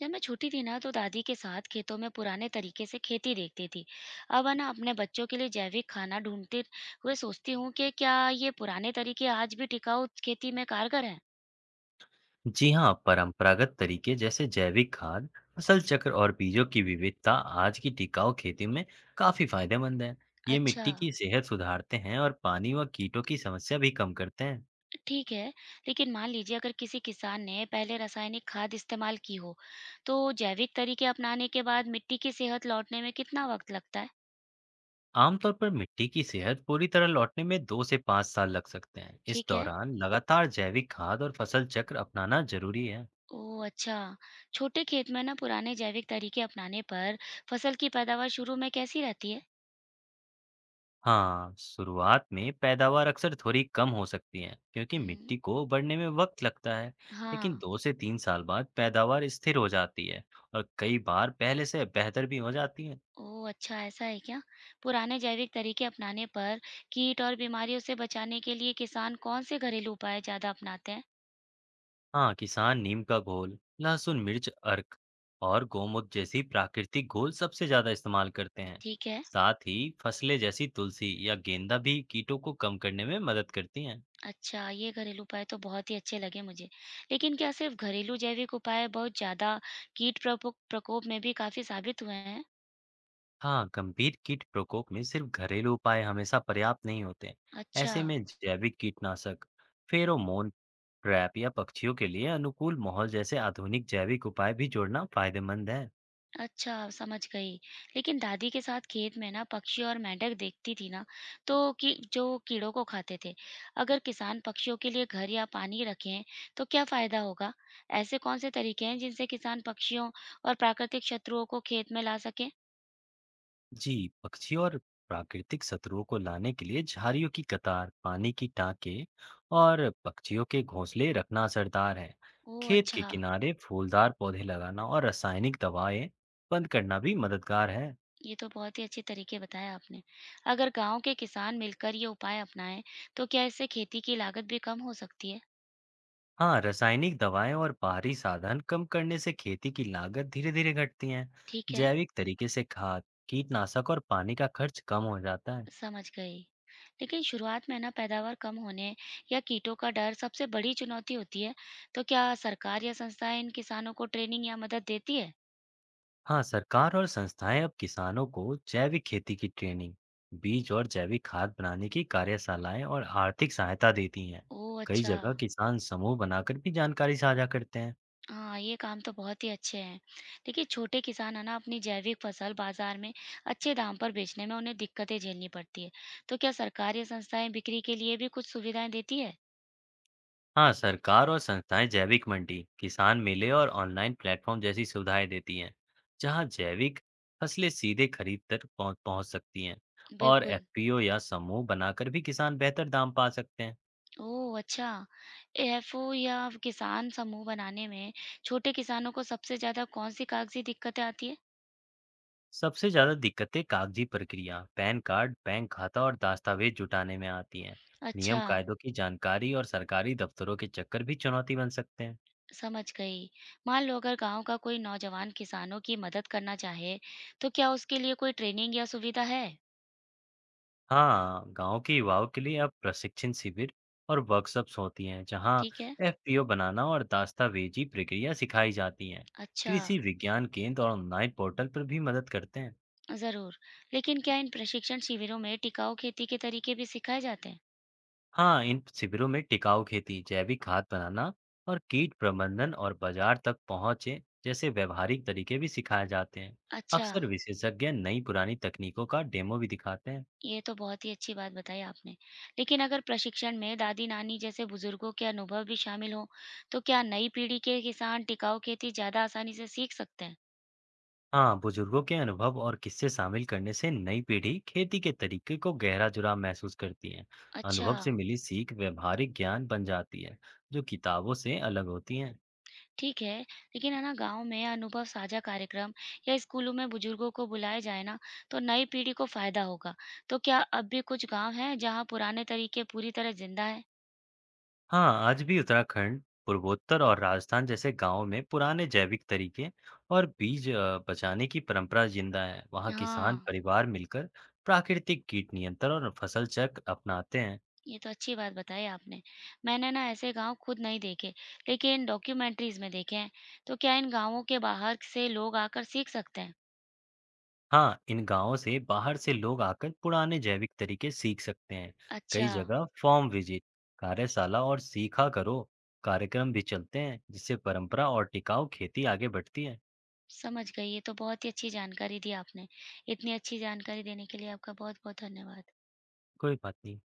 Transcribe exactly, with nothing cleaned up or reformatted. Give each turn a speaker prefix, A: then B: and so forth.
A: जब मैं छोटी थी ना तो दादी के साथ खेतों में पुराने तरीके से खेती देखती थी। अब है ना अपने बच्चों के लिए जैविक खाना ढूंढते हुए सोचती हूँ कि क्या ये पुराने तरीके आज भी टिकाऊ खेती में कारगर हैं।
B: जी हाँ परंपरागत तरीके जैसे जैविक खाद फसल चक्र और बीजों की विविधता आज की टिकाऊ खेती में काफी फायदेमंद है। ये
A: अच्छा,
B: मिट्टी की सेहत सुधारते हैं और पानी व कीटों की समस्या भी कम करते हैं।
A: ठीक है। लेकिन मान लीजिए अगर किसी किसान ने पहले रासायनिक खाद इस्तेमाल की हो तो जैविक तरीके अपनाने के बाद मिट्टी की सेहत लौटने में कितना वक्त लगता है।
B: आमतौर पर मिट्टी की सेहत पूरी तरह लौटने में दो से पाँच साल लग सकते हैं। इस
A: ठीक है।
B: दौरान लगातार जैविक खाद और फसल चक्र अपनाना जरूरी है।
A: ओह अच्छा। छोटे खेत में ना पुराने जैविक तरीके अपनाने पर फसल की पैदावार शुरू में कैसी रहती है।
B: हाँ, शुरुआत में पैदावार अक्सर थोड़ी कम हो सकती है क्योंकि
A: हम्म।
B: मिट्टी को बढ़ने में वक्त लगता है, लेकिन
A: हाँ।
B: दो से तीन साल बाद पैदावार स्थिर हो जाती है और कई बार पहले से बेहतर भी हो जाती है।
A: ओह! अच्छा ऐसा है क्या? पुराने जैविक तरीके अपनाने पर कीट और बीमारियों से बचाने के लिए किसान कौन से घरेलू उपाय ज़्यादा अपनाते हैं?
B: हाँ, किसान नीम का घोल, लहसुन मिर्च अर्क और गौमूत्र जैसी प्राकृतिक घोल सबसे ज्यादा इस्तेमाल करते हैं।
A: ठीक है।
B: साथ ही फसलें जैसी तुलसी या गेंदा भी कीटों को कम करने में मदद करती हैं।
A: अच्छा, ये घरेलू उपाय तो बहुत ही अच्छे लगे मुझे। लेकिन क्या सिर्फ घरेलू जैविक उपाय बहुत ज़्यादा कीट प्रपो प्रकोप में भी काफ़ी साबित हुए हैं?
B: हाँ, गंभीर कीट प्रकोप में सिर्फ घरेलू उपाय हमेशा पर्याप्त नहीं होते।
A: अच्छा।
B: ऐसे में जैविक कीटनाशक, फेरोमोन ट्रैप या पक्षियों के लिए अनुकूल माहौल जैसे आधुनिक जैविक उपाय भी जोड़ना फायदेमंद है।
A: अच्छा, समझ गई। लेकिन दादी के साथ खेत में ना पक्षी और मेंढक देखती थी ना, तो कि जो कीड़ों को खाते थे। अगर किसान पक्षियों के लिए घर या पानी रखें, तो क्या फायदा होगा? ऐसे कौन से तरीके हैं जिनसे किसान पक्षियों और प्राकृतिक शत्रुओं को खेत में ला सकें?
B: जी, पक्षियों और प्राकृतिक शत्रुओं को लाने के लिए झाड़ियों की कतार, पानी की टांके और पक्षियों के घोंसले रखना असरदार है।
A: ओह
B: खेत के
A: अच्छा,
B: किनारे फूलदार पौधे लगाना और रासायनिक दवाएं बंद करना भी मददगार है।
A: ये तो बहुत ही अच्छे तरीके बताए आपने। अगर गांव के किसान मिलकर ये उपाय अपनाएं, तो क्या इससे खेती की लागत भी कम हो सकती है?
B: हाँ, रासायनिक दवाएं और बाहरी साधन कम करने से खेती की लागत धीरे धीरे घटती है।
A: ठीक है।
B: जैविक तरीके से खाद कीटनाशक और पानी का खर्च कम हो जाता है।
A: समझ गई। लेकिन शुरुआत में ना पैदावार कम होने या कीटों का डर सबसे बड़ी चुनौती होती है। तो क्या सरकार या संस्थाएं इन किसानों को ट्रेनिंग या मदद देती है?
B: हाँ, सरकार और संस्थाएं अब किसानों को जैविक खेती की ट्रेनिंग बीज और जैविक खाद बनाने की कार्यशालाएं और आर्थिक सहायता देती हैं।
A: ओह
B: कई
A: अच्छा।
B: जगह किसान समूह बनाकर भी जानकारी साझा करते हैं।
A: हाँ, ये काम तो बहुत ही अच्छे हैं। देखिए छोटे किसान है ना अपनी जैविक फसल बाजार में अच्छे दाम पर बेचने में उन्हें दिक्कतें झेलनी पड़ती है। तो क्या सरकार या संस्थाएं बिक्री के लिए भी कुछ सुविधाएं देती है?
B: हाँ, सरकार और संस्थाएं जैविक मंडी किसान मेले और ऑनलाइन प्लेटफॉर्म जैसी सुविधाएं देती हैं जहां जैविक फसलें सीधे खरीद तक पहुंच पहुंच सकती हैं। और
A: बिल्कुल।
B: एफ पी ओ या समूह बनाकर भी किसान बेहतर दाम पा सकते हैं।
A: ओह! अच्छा। ए एफ ओ या किसान समूह बनाने में छोटे किसानों को सबसे ज़्यादा कौन-सी कागज़ी दिक्कतें आती हैं?
B: सबसे ज्यादा दिक्कतें कागजी प्रक्रिया पैन कार्ड बैंक खाता और दस्तावेज जुटाने में आती हैं। नियम
A: अच्छा,
B: कायदों की जानकारी और सरकारी दफ्तरों के चक्कर भी चुनौती बन सकते हैं।
A: समझ गई। मान लो अगर गाँव का कोई नौजवान किसानों की मदद करना चाहे, तो क्या उसके लिए कोई ट्रेनिंग या सुविधा है?
B: हाँ, गांव के युवाओं के लिए अब प्रशिक्षण शिविर और वर्कशॉप्स होती हैं जहाँ
A: ठीक है।
B: एफ पी ओ बनाना और दस्तावेजी प्रक्रिया सिखाई जाती है।
A: अच्छा,
B: कृषि विज्ञान केंद्र और ऑनलाइन पोर्टल पर भी मदद करते हैं।
A: ज़रूर। लेकिन क्या इन प्रशिक्षण शिविरों में टिकाऊ खेती के तरीके भी सिखाए जाते हैं?
B: हाँ, इन शिविरों में टिकाऊ खेती जैविक खाद बनाना और कीट प्रबंधन और बाजार तक पहुँचे जैसे व्यवहारिक तरीके भी सिखाए जाते हैं।
A: अच्छा।
B: अक्सर विशेषज्ञ नई पुरानी तकनीकों का डेमो भी दिखाते हैं।
A: ये तो बहुत ही अच्छी बात बताई आपने। लेकिन अगर प्रशिक्षण में दादी-नानी जैसे बुजुर्गों के अनुभव भी शामिल हों, तो क्या नई पीढ़ी के किसान टिकाऊ खेती ज़्यादा आसानी से सीख सकते हैं?
B: हाँ, बुजुर्गों के अनुभव और किस्से शामिल करने से नई पीढ़ी खेती के तरीके को गहरा जुड़ाव महसूस करती है।
A: अच्छा,
B: अनुभव से मिली सीख व्यवहारिक ज्ञान बन जाती है जो किताबों से अलग होती है।
A: ठीक है। लेकिन है ना गाँव में अनुभव साझा कार्यक्रम या स्कूलों में बुजुर्गों को बुलाया जाए ना, तो नई पीढ़ी को फ़ायदा होगा। तो क्या अब भी कुछ गाँव हैं जहाँ पुराने तरीके पूरी तरह ज़िंदा हैं?
B: हाँ, आज भी उत्तराखंड पूर्वोत्तर और राजस्थान जैसे गांवों में पुराने जैविक तरीके और बीज अ, बचाने की परंपरा जिंदा है। वहाँ किसान
A: हाँ।
B: परिवार मिलकर प्राकृतिक कीट नियंत्रण और फसल चक्र अपनाते हैं।
A: ये तो अच्छी बात बताई आपने। मैंने ना ऐसे गाँव खुद नहीं देखे, लेकिन डॉक्यूमेंट्रीज़ में देखे हैं। तो क्या इन गाँवों के बाहर से लोग आकर सीख सकते हैं?
B: हाँ, इन गांवों से बाहर से लोग आकर पुराने जैविक तरीके सीख सकते हैं। कई
A: अच्छा,
B: जगह फॉर्म विजिट, कार्यशाला और सीखा करो कार्यक्रम भी चलते हैं, जिससे परंपरा और टिकाऊ खेती आगे बढ़ती है।
A: समझ गई। ये तो बहुत ही अच्छी जानकारी दी आपने। इतनी अच्छी जानकारी देने के लिए आपका बहुत-बहुत धन्यवाद।
B: कोई बात नहीं।